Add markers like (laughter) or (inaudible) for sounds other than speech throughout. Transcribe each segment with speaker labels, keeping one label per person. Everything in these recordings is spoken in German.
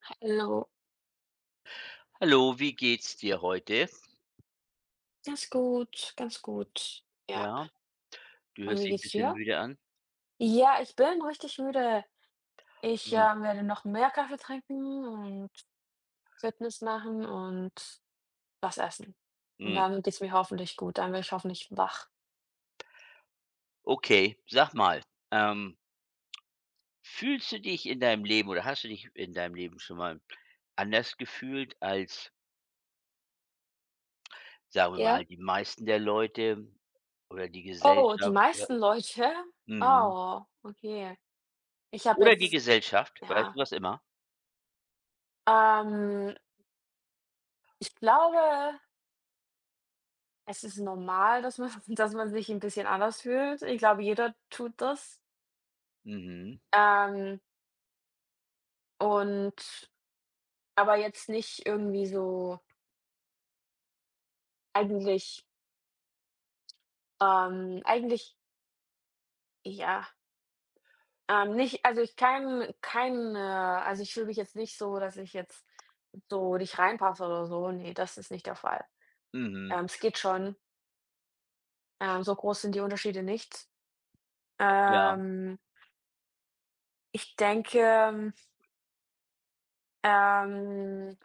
Speaker 1: Hallo.
Speaker 2: Hallo, wie geht's dir heute?
Speaker 1: Ganz gut, ganz gut. Ja,
Speaker 2: Ja, du
Speaker 1: und
Speaker 2: hörst
Speaker 1: wie
Speaker 2: dich ein
Speaker 1: geht's
Speaker 2: bisschen
Speaker 1: dir?
Speaker 2: müde an.
Speaker 1: Ja, ich bin richtig müde. Ich,
Speaker 2: Hm,
Speaker 1: ähm, werde noch mehr Kaffee trinken und Fitness machen und was essen. Und
Speaker 2: hm.
Speaker 1: dann geht's mir hoffentlich gut, dann werde ich hoffentlich wach.
Speaker 2: Okay, sag mal, ähm, fühlst du dich in deinem Leben oder hast du dich in deinem Leben schon mal anders gefühlt als, sagen wir mal,
Speaker 1: Ja?
Speaker 2: die meisten der Leute oder die
Speaker 1: Oh, die
Speaker 2: Gesellschaft oder
Speaker 1: meisten Leute?
Speaker 2: mhm,
Speaker 1: Oh, okay. Ich habe
Speaker 2: oder die
Speaker 1: jetzt
Speaker 2: Gesellschaft, weißt
Speaker 1: ja,
Speaker 2: du, was immer?
Speaker 1: ähm, ich glaube, es ist normal, dass man (laughs) dass man sich ein bisschen anders fühlt. Ich glaube, jeder tut das.
Speaker 2: Mhm,
Speaker 1: Ähm Und aber jetzt nicht irgendwie so eigentlich, eigentlich, ja, nicht, also ich kein kein also ich fühle mich jetzt nicht so, dass ich jetzt so nicht reinpasse oder so. Nee, das ist nicht der Fall.
Speaker 2: mhm,
Speaker 1: Es geht schon. So groß sind die Unterschiede nicht.
Speaker 2: ja,
Speaker 1: Ähm, Ich denke, ähm,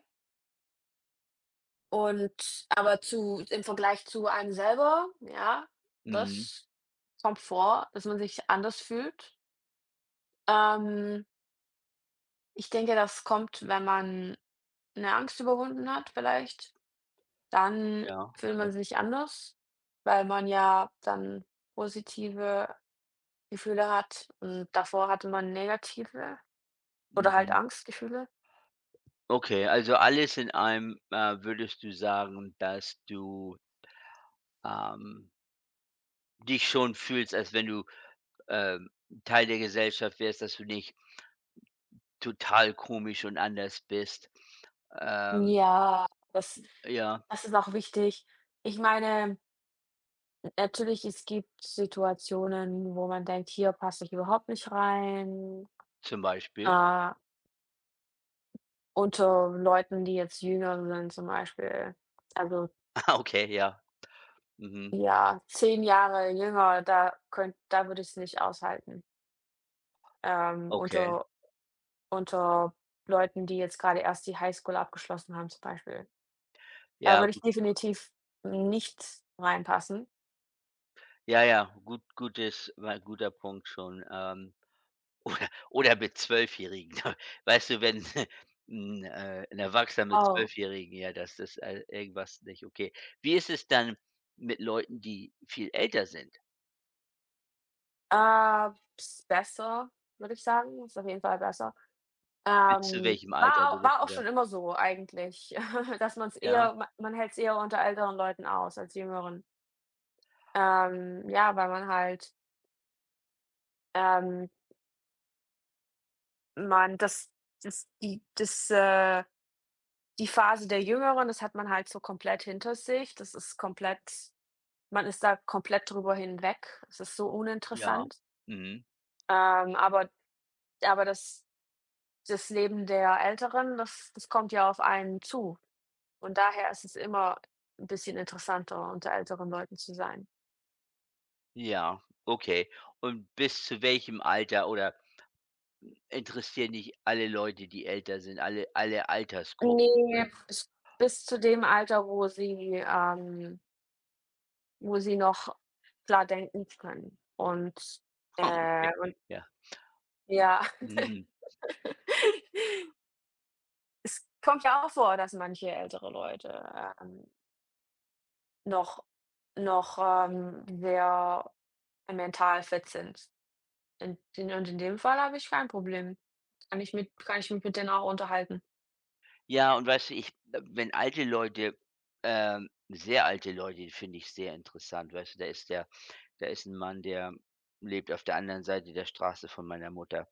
Speaker 1: und aber zu im Vergleich zu einem selber, ja,
Speaker 2: mhm,
Speaker 1: das kommt vor, dass man sich anders fühlt. Ähm Ich denke, das kommt, wenn man eine Angst überwunden hat vielleicht, dann
Speaker 2: ja,
Speaker 1: fühlt
Speaker 2: okay,
Speaker 1: man sich anders, weil man ja dann positive Gefühle hat und davor hatte man negative oder halt
Speaker 2: mhm.
Speaker 1: Angstgefühle.
Speaker 2: Okay, also alles in einem würdest du sagen, dass du, ähm dich schon fühlst, als wenn du, ähm, Teil der Gesellschaft wärst, dass du nicht total komisch und anders bist. Ähm,
Speaker 1: Ja, das
Speaker 2: ja,
Speaker 1: das ist auch wichtig. Ich meine, natürlich, es gibt Situationen, wo man denkt: „Hier passe ich überhaupt nicht rein“,
Speaker 2: zum Beispiel.
Speaker 1: äh, unter Leuten, die jetzt jünger sind zum Beispiel. Also,
Speaker 2: (laughs) Ah, okay, ja. Mhm.
Speaker 1: ja, 10 Jahre jünger, da könnt da würde ich's nicht aushalten,
Speaker 2: Okay.
Speaker 1: unter unter Leuten, die jetzt gerade erst die Highschool abgeschlossen haben zum Beispiel. Da
Speaker 2: Ja,
Speaker 1: würde ich
Speaker 2: gut.
Speaker 1: definitiv nicht reinpassen.
Speaker 2: Ja, ja, gut, gutes war 'n guter Punkt schon. (laughs) Oder mit Zwölfjährigen. (laughs) Weißt du, wenn (laughs) ein 'n Erwachsener mit
Speaker 1: Oh,
Speaker 2: Zwölfjährigen, ja, das ist irgendwas nicht okay. Wie ist es dann mit Leuten, die viel älter sind?
Speaker 1: äh, ist besser, würde ich sagen, ist auf jeden Fall besser.
Speaker 2: Bis zu
Speaker 1: Ähm,
Speaker 2: welchem Alter
Speaker 1: war au
Speaker 2: würdest
Speaker 1: war
Speaker 2: du
Speaker 1: auch
Speaker 2: da,
Speaker 1: schon immer so eigentlich, (laughs) dass man es
Speaker 2: ja?
Speaker 1: eher ma man hält es eher unter älteren Leuten aus als jüngeren. Ja, weil man halt, ähm man, das ist die das, die Phase der Jüngeren, das hat man halt so komplett hinter sich. Das ist komplett man ist da komplett drüber hinweg. Es ist so
Speaker 2: Ja.
Speaker 1: uninteressant.
Speaker 2: Mhm.
Speaker 1: Ähm, aber aber das Leben der Älteren, das kommt ja auf einen zu. Und daher ist es immer ein bisschen interessanter, unter älteren Leuten zu sein.
Speaker 2: Ja, okay. Und bis zu welchem Alter oder interessieren dich alle Leute, die älter sind, alle Altersgruppen?
Speaker 1: Ne,
Speaker 2: (laughs)
Speaker 1: bis zu dem Alter, wo sie noch klar denken können und,
Speaker 2: Okay,
Speaker 1: äh
Speaker 2: ja.
Speaker 1: Ja. (laughs)
Speaker 2: Mhm.
Speaker 1: Es kommt ja auch vor, dass manche ältere Leute, noch sehr mental fit sind. In dem Fall habe ich kein Problem. Kann ich mich mit denen auch unterhalten.
Speaker 2: Ja, und weißt du, ich wenn alte Leute, sehr alte Leute finde ich sehr interessant, weißt du, da ist ein Mann, der lebt auf der anderen Seite der Straße von meiner Mutter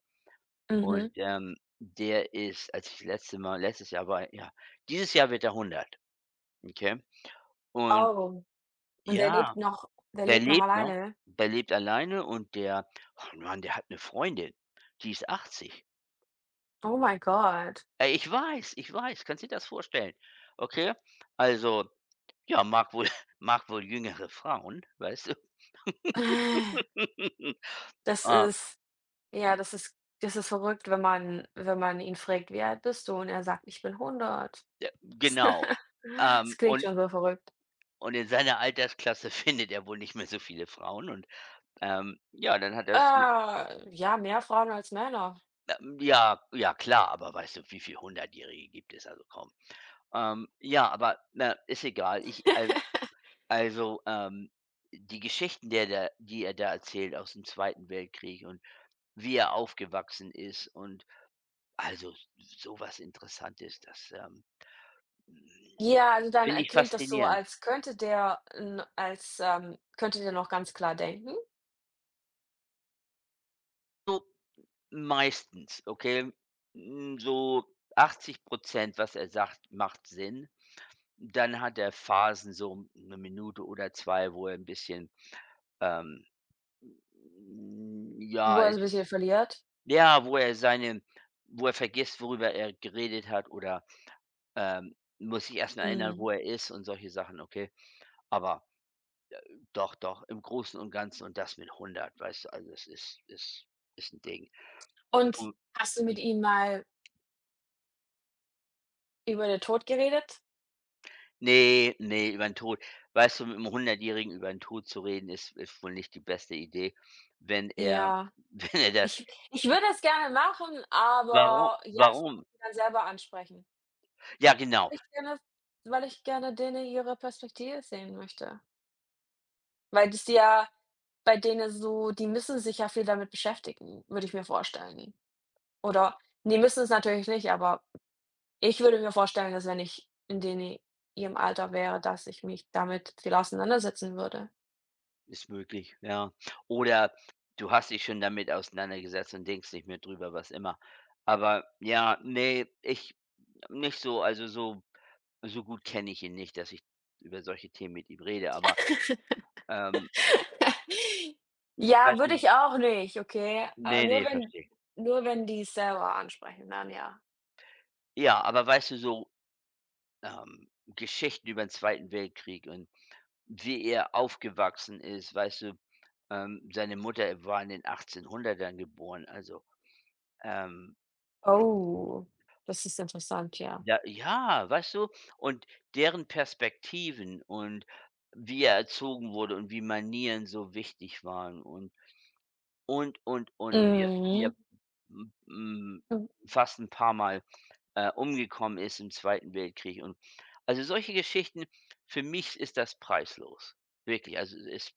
Speaker 2: und,
Speaker 1: Mhm.
Speaker 2: der ist, als ich das letzte Mal letztes Jahr war, ja, dieses Jahr wird er 100, okay? Und
Speaker 1: Oh, und der lebt
Speaker 2: ja.
Speaker 1: noch der
Speaker 2: Der
Speaker 1: lebt noch
Speaker 2: lebt noch.
Speaker 1: alleine?
Speaker 2: Der lebt alleine, und der oh Mann, der hat eine Freundin, die ist 80.
Speaker 1: Oh mein Gott.
Speaker 2: Ich weiß, ich weiß, kannst dir das vorstellen? Okay? Also, ja, mag wohl (laughs) mag wohl jüngere Frauen, weißt du?
Speaker 1: (sighs)
Speaker 2: (laughs)
Speaker 1: Das
Speaker 2: Ah,
Speaker 1: ist ja, das ist verrückt, wenn man ihn fragt: „Wie alt bist du?“ und er sagt: „Ich bin 100.“
Speaker 2: ja, genau.
Speaker 1: (laughs) Es
Speaker 2: Ähm,
Speaker 1: klingt
Speaker 2: und
Speaker 1: schon so verrückt.
Speaker 2: und in seiner Altersklasse (laughs) findet er wohl nicht mehr so viele Frauen, und, ja, dann hat er sich 'ne,
Speaker 1: Ja, mehr Frauen als Männer.
Speaker 2: ja, ja klar, aber weißt du, wie viel Hundertjährige gibt es? Also, kaum? Ja, aber, na, ist egal. Ich al
Speaker 1: (laughs)
Speaker 2: Also, die Geschichten, der da die er da erzählt aus dem Zweiten Weltkrieg und wie er aufgewachsen ist und, also, sowas Interessantes, das,
Speaker 1: Ja, also dann,
Speaker 2: finde ich
Speaker 1: klingt das so,
Speaker 2: faszinierend.
Speaker 1: als könnte der noch ganz klar denken,
Speaker 2: So meistens, okay? So 80% was er sagt, macht Sinn. Dann hat er Phasen, so eine Minute oder 2, wo er ein bisschen, ähm,
Speaker 1: wo
Speaker 2: ja,
Speaker 1: er so ein bisschen verliert.
Speaker 2: ja, wo er vergisst, worüber er geredet hat oder. Muss ich erst mal erinnern,
Speaker 1: Mhm.
Speaker 2: wo er ist, und solche Sachen, okay? Aber doch, doch, im Großen und Ganzen, und das mit 100, weißt du? Also, es ist ein Ding.
Speaker 1: Und
Speaker 2: Und
Speaker 1: hast du mit
Speaker 2: und
Speaker 1: ihm mal über den Tod geredet?
Speaker 2: ne, ne, über 'n Tod, weißt du, mit einem Hundertjährigen über 'n Tod zu reden, ist wohl nicht die beste Idee, wenn er
Speaker 1: Ja.
Speaker 2: (laughs) wenn er das.
Speaker 1: Ich ich würde das gerne machen,
Speaker 2: Warum,
Speaker 1: aber ja, ich würde
Speaker 2: warum?
Speaker 1: ihn dann selber ansprechen,
Speaker 2: Ja, genau,
Speaker 1: weil ich gerne weil ich gerne denen ihre Perspektive sehen möchte. Weil das ja bei denen so die müssen sich ja viel damit beschäftigen, würde ich mir vorstellen. Oder ne, müssen es natürlich nicht, aber ich würde mir vorstellen, dass wenn ich in dene ihrem Alter wäre, dass ich mich damit viel auseinandersetzen würde.
Speaker 2: ist möglich, ja. Oder du hast dich schon damit auseinandergesetzt und denkst nicht mehr drüber, was immer. Aber ja, ne, ich nicht so, also so. So gut kenne ich ihn nicht, dass ich über solche Themen mit ihm rede, aber, ähm,
Speaker 1: (laughs) Ja,
Speaker 2: weißt du,
Speaker 1: würde ich auch nicht, okay? Äh,
Speaker 2: ne,
Speaker 1: nur
Speaker 2: ne,
Speaker 1: wenn
Speaker 2: verstehe.
Speaker 1: nur wenn die's selber ansprechen, dann ja.
Speaker 2: Ja, aber weißt du, so, ähm, Geschichten über den Zweiten Weltkrieg und wie er aufgewachsen ist, weißt du? Seine Mutter war in den 1800ern geboren, also, ähm,
Speaker 1: Oh, das ist interessant, ja.
Speaker 2: da, ja, weißt du? Und deren Perspektiven, und wie er erzogen wurde, und wie Manieren so wichtig waren, und wie er wie
Speaker 1: Mhm.
Speaker 2: er m hm,
Speaker 1: Hm,
Speaker 2: fast 'n paarmal, umgekommen ist im Zweiten Weltkrieg und, also, solche Geschichten, für mich ist das preislos. Wirklich, also, es ist,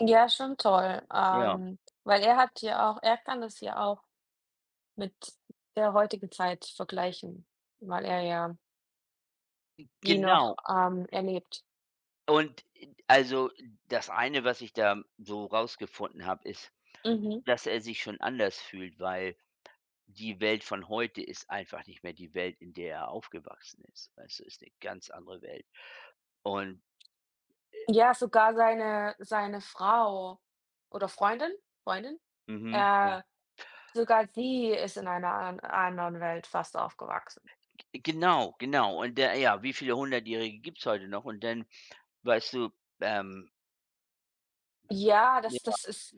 Speaker 1: ja, schon toll,
Speaker 2: ja,
Speaker 1: weil er hat ja auch er kann das ja auch mit der heutigen Zeit vergleichen, weil er ja die noch,
Speaker 2: genau.
Speaker 1: ähm, erlebt.
Speaker 2: Und, also, das eine, was ich da so rausgefunden habe, ist,
Speaker 1: Mhm.
Speaker 2: dass er sich schon anders fühlt, weil die Welt von heute ist einfach nicht mehr die Welt, in der er aufgewachsen ist. Also ist eine ganz andere Welt. Und
Speaker 1: Ja, sogar seine Frau oder Freundin, Freundin,
Speaker 2: mhm, und
Speaker 1: äh, sogar sie ist in einer an anderen Welt fast aufgewachsen.
Speaker 2: genau, genau. Und der ja, wie viele Hundertjährige gibt's heute noch? Und dann. Weißt du, ähm
Speaker 1: Ja, das
Speaker 2: ja.
Speaker 1: das ist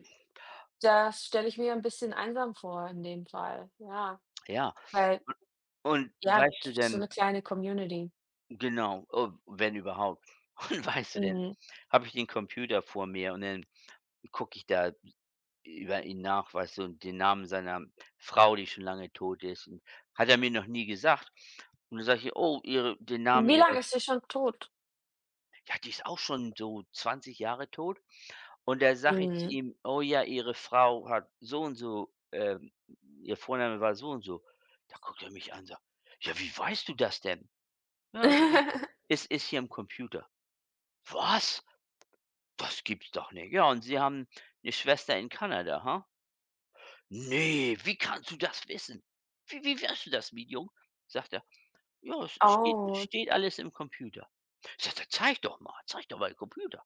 Speaker 1: das stelle ich mir ein bisschen einsam vor in dem Fall, ja,
Speaker 2: Ja.
Speaker 1: weil
Speaker 2: Und
Speaker 1: ja,
Speaker 2: weißt du
Speaker 1: so
Speaker 2: denn,
Speaker 1: eine kleine Community.
Speaker 2: genau, oh, wenn überhaupt. (laughs) Und weißt du denn,
Speaker 1: Mhm.
Speaker 2: habe ich den Computer vor mir und dann gucke ich da über ihn nach, weißt du, und den Namen seiner Frau, die schon lange tot ist und hat er mir noch nie gesagt. Und dann sage ich: „Oh, ihre, den Namen
Speaker 1: Wie
Speaker 2: ihrer."
Speaker 1: lange ist sie schon tot?
Speaker 2: Ja, die ist auch schon so 20 Jahre tot. Und da sage ich zu
Speaker 1: Mhm.
Speaker 2: ihm: „Oh ja, Ihre Frau hat so und so, ihr Vorname war so und so." Da guckt er mich an und sagt: „Ja, wie weißt du das denn?" „Ja, ist hier
Speaker 1: (laughs)
Speaker 2: ist ist hier im Computer." „Was? Das gibt's doch nicht." „Ja, und Sie haben eine Schwester in Kanada, ha?" „Ne, wie kannst du das wissen? Wie weißt du das, Medium?" Sagt er: „Ja, es steht es
Speaker 1: Oh.
Speaker 2: steht alles im Computer." Ich sage: „Zeig doch mal, den Computer."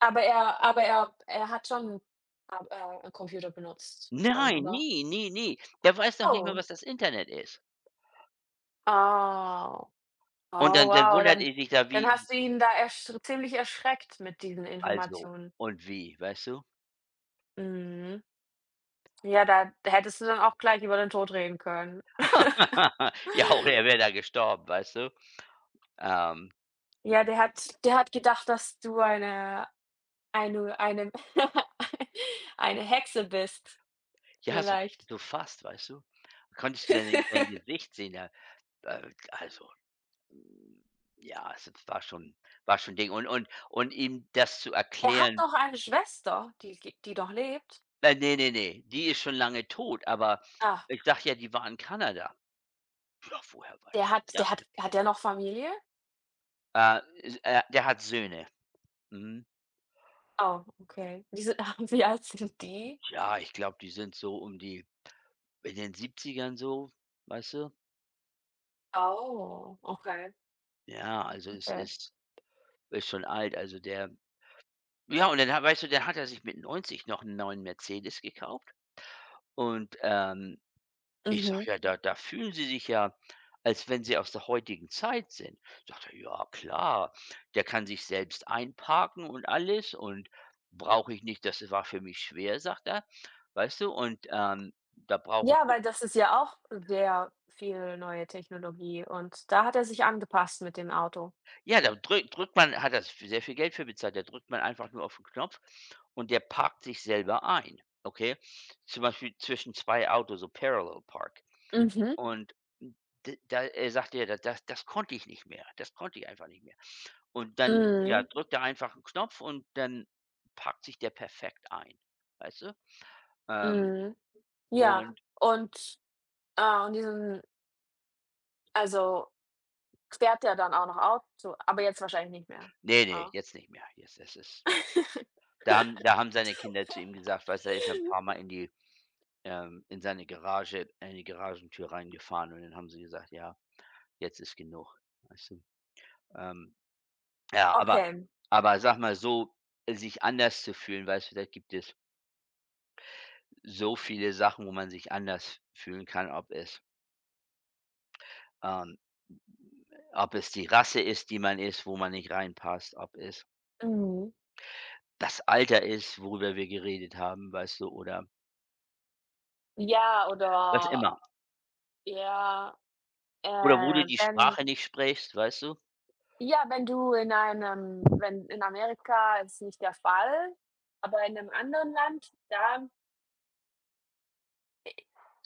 Speaker 1: Aber er hat schon, 'n Computer benutzt schon,
Speaker 2: „Nein,
Speaker 1: oder?
Speaker 2: nie, nie, nie. Der weiß noch nicht mal,
Speaker 1: Oh.
Speaker 2: was das Internet ist."
Speaker 1: Oh.
Speaker 2: Und
Speaker 1: Oh,
Speaker 2: dann
Speaker 1: wow,
Speaker 2: wundert
Speaker 1: dann
Speaker 2: er sich da,
Speaker 1: dann
Speaker 2: wie,
Speaker 1: hast du ihn da ersch ziemlich erschreckt mit diesen
Speaker 2: also,
Speaker 1: Informationen.
Speaker 2: und wie, weißt du?
Speaker 1: Mhm. Ja, da hättest du dann auch gleich über den Tod reden können. (laughs)
Speaker 2: (laughs) Ja, oder er wäre da gestorben, weißt du? Ähm,
Speaker 1: Ja, der hat gedacht, dass du eine (laughs) eine Hexe bist,
Speaker 2: ja, so
Speaker 1: vielleicht.
Speaker 2: so fast, weißt du? Konntest du dann sein
Speaker 1: (laughs)
Speaker 2: Gesicht sehen, ja, also, hm, ja, es war schon, 'n Ding. Und ihm das zu
Speaker 1: Er hat
Speaker 2: erklären,
Speaker 1: doch eine Schwester, die doch lebt?
Speaker 2: ne, ne, ne, die ist schon lange tot, aber
Speaker 1: Ah.
Speaker 2: ich dachte, ja, die war in Kanada. Ja, woher weißt du
Speaker 1: Der
Speaker 2: das
Speaker 1: hat
Speaker 2: denn?
Speaker 1: hat der noch Familie?
Speaker 2: S der hat Söhne. Mhm.
Speaker 1: Oh, okay. Wie alt (laughs) sind die?
Speaker 2: Ja, ich glaube, die sind so um die, in den 70ern so, weißt du?
Speaker 1: Oh, okay.
Speaker 2: Ja, also es
Speaker 1: Okay.
Speaker 2: ist schon alt. Also der, ja, und dann ha weißt du, dann hat er sich mit 90 noch einen neuen Mercedes gekauft, und, ich sag:
Speaker 1: Mhm.
Speaker 2: „Ja, da fühlen sie sich ja, als wenn sie aus der heutigen Zeit sind." Sagt er: „Ja, klar, der kann sich selbst einparken und alles, und brauche ich nicht. Das war für mich schwer", sagt er, weißt du? Und, da brauche
Speaker 1: Ja,
Speaker 2: ich.
Speaker 1: weil das ist ja auch sehr viel neue Technologie und da hat er sich angepasst mit dem Auto.
Speaker 2: Ja, da drückt man, hat das sehr viel Geld für bezahlt. Da drückt man einfach nur auf den Knopf, und der parkt sich selber ein, okay? Zum Beispiel zwischen 2 Autos, so Parallel Park.
Speaker 1: Mhm.
Speaker 2: Und d da, er sagte er, da das konnte ich nicht mehr. Das konnte ich einfach nicht mehr. Und dann, ja,
Speaker 1: Mhm.
Speaker 2: drückt er einfach einen Knopf, und dann parkt sich der perfekt ein, weißt du? Ähm,
Speaker 1: Mhm. Ja,
Speaker 2: und
Speaker 1: und, und diesen, also fährt der dann auch noch Auto, aber jetzt wahrscheinlich nicht mehr.
Speaker 2: nee, nee,
Speaker 1: Ja.
Speaker 2: jetzt nicht mehr. Jetzt das ist.
Speaker 1: (laughs)
Speaker 2: Da haben seine Kinder zu ihm gesagt, weißt du, er ist ein paar Mal in die, in seine Garage, in die Garagentür reingefahren, und dann haben sie gesagt: „Ja, jetzt ist genug", weißt du? Ähm, ja, aber
Speaker 1: Okay.
Speaker 2: aber sag mal so, sich anders zu fühlen, weißt du, da gibt es so viele Sachen, wo man sich anders fühlen kann, ob es, ähm, ob es die Rasse ist, die man ist, wo man nicht reinpasst, ob es
Speaker 1: Mhm.
Speaker 2: das Alter ist, worüber wir geredet haben, weißt du, oder
Speaker 1: Ja,
Speaker 2: was
Speaker 1: oder
Speaker 2: immer.
Speaker 1: ja, äh,
Speaker 2: Oder wo du die
Speaker 1: wenn
Speaker 2: Sprache nicht sprichst, weißt du?
Speaker 1: ja, wenn du in einem, wenn in Amerika, ist nicht der Fall, aber in einem anderen Land, da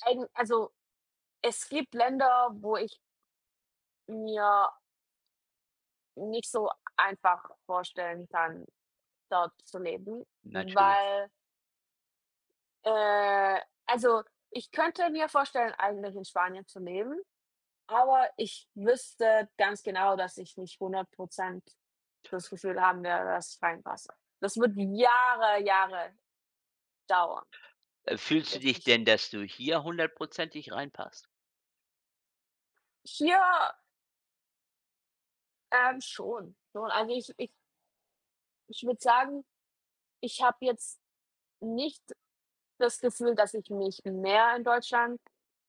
Speaker 1: eigen also, es gibt Länder, wo ich mir nicht so einfach vorstellen kann, dort zu leben,
Speaker 2: Natürlich.
Speaker 1: weil, äh also, ich könnte mir vorstellen, eigentlich in Spanien zu leben, aber ich wüsste ganz genau, dass ich nicht 100% das Gefühl haben werde, dass ich reinpasse. Das wird Jahre, Jahre dauern,
Speaker 2: Fühlst du
Speaker 1: bis
Speaker 2: dich
Speaker 1: ich
Speaker 2: denn, dass du hier hundertprozentig reinpasst?
Speaker 1: hier, schon, schon. Also, ich würde sagen, ich habe jetzt nicht das Gefühl, dass ich mich mehr in Deutschland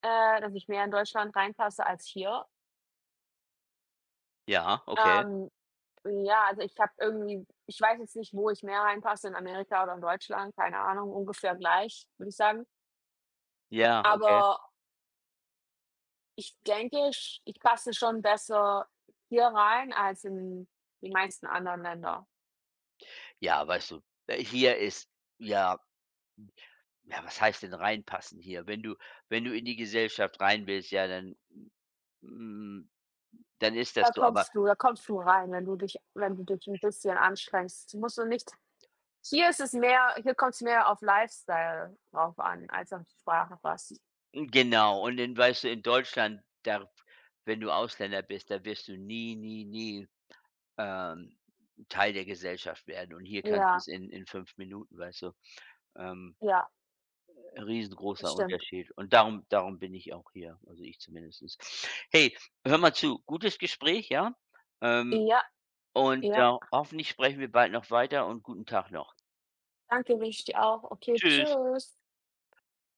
Speaker 1: äh, dass ich mehr in Deutschland reinpasse als hier.
Speaker 2: Ja, okay.
Speaker 1: Ähm, ja, also, ich habe irgendwie, ich weiß jetzt nicht, wo ich mehr reinpasse, in Amerika oder in Deutschland, keine Ahnung, ungefähr gleich, würde ich sagen.
Speaker 2: Ja, okay.
Speaker 1: Aber ich denke, ich passe schon besser hier rein als in die meisten anderen Länder.
Speaker 2: Ja, weißt du, hier ist ja, ja, was heißt denn reinpassen hier? Wenn du in die Gesellschaft rein willst, ja, hm, dann ist das
Speaker 1: Da
Speaker 2: so, aber
Speaker 1: kommst du da kommst du rein, wenn du dich ein bisschen anstrengst. Du musst du nicht, hier kommt es mehr auf Lifestyle drauf an als auf die Sprache fast.
Speaker 2: mm, genau. Und dann, weißt du, in Deutschland, da, wenn du Ausländer bist, da wirst du nie, nie, nie, ähm, Teil der Gesellschaft werden. Und hier kannst
Speaker 1: Ja,
Speaker 2: du's in 5 Minuten, weißt du? Ähm
Speaker 1: ja, das
Speaker 2: Riesengroßer
Speaker 1: stimmt.
Speaker 2: Unterschied, und darum bin ich auch hier, also ich zumindestens. Hey, hör mal zu, gutes Gespräch, ja? Ähm,
Speaker 1: Ja,
Speaker 2: und,
Speaker 1: ja.
Speaker 2: äh, hoffentlich sprechen wir bald noch weiter, und guten Tag noch.
Speaker 1: Danke, wünsche ich dir auch. Okay,
Speaker 2: Tschüss.
Speaker 1: tschüss.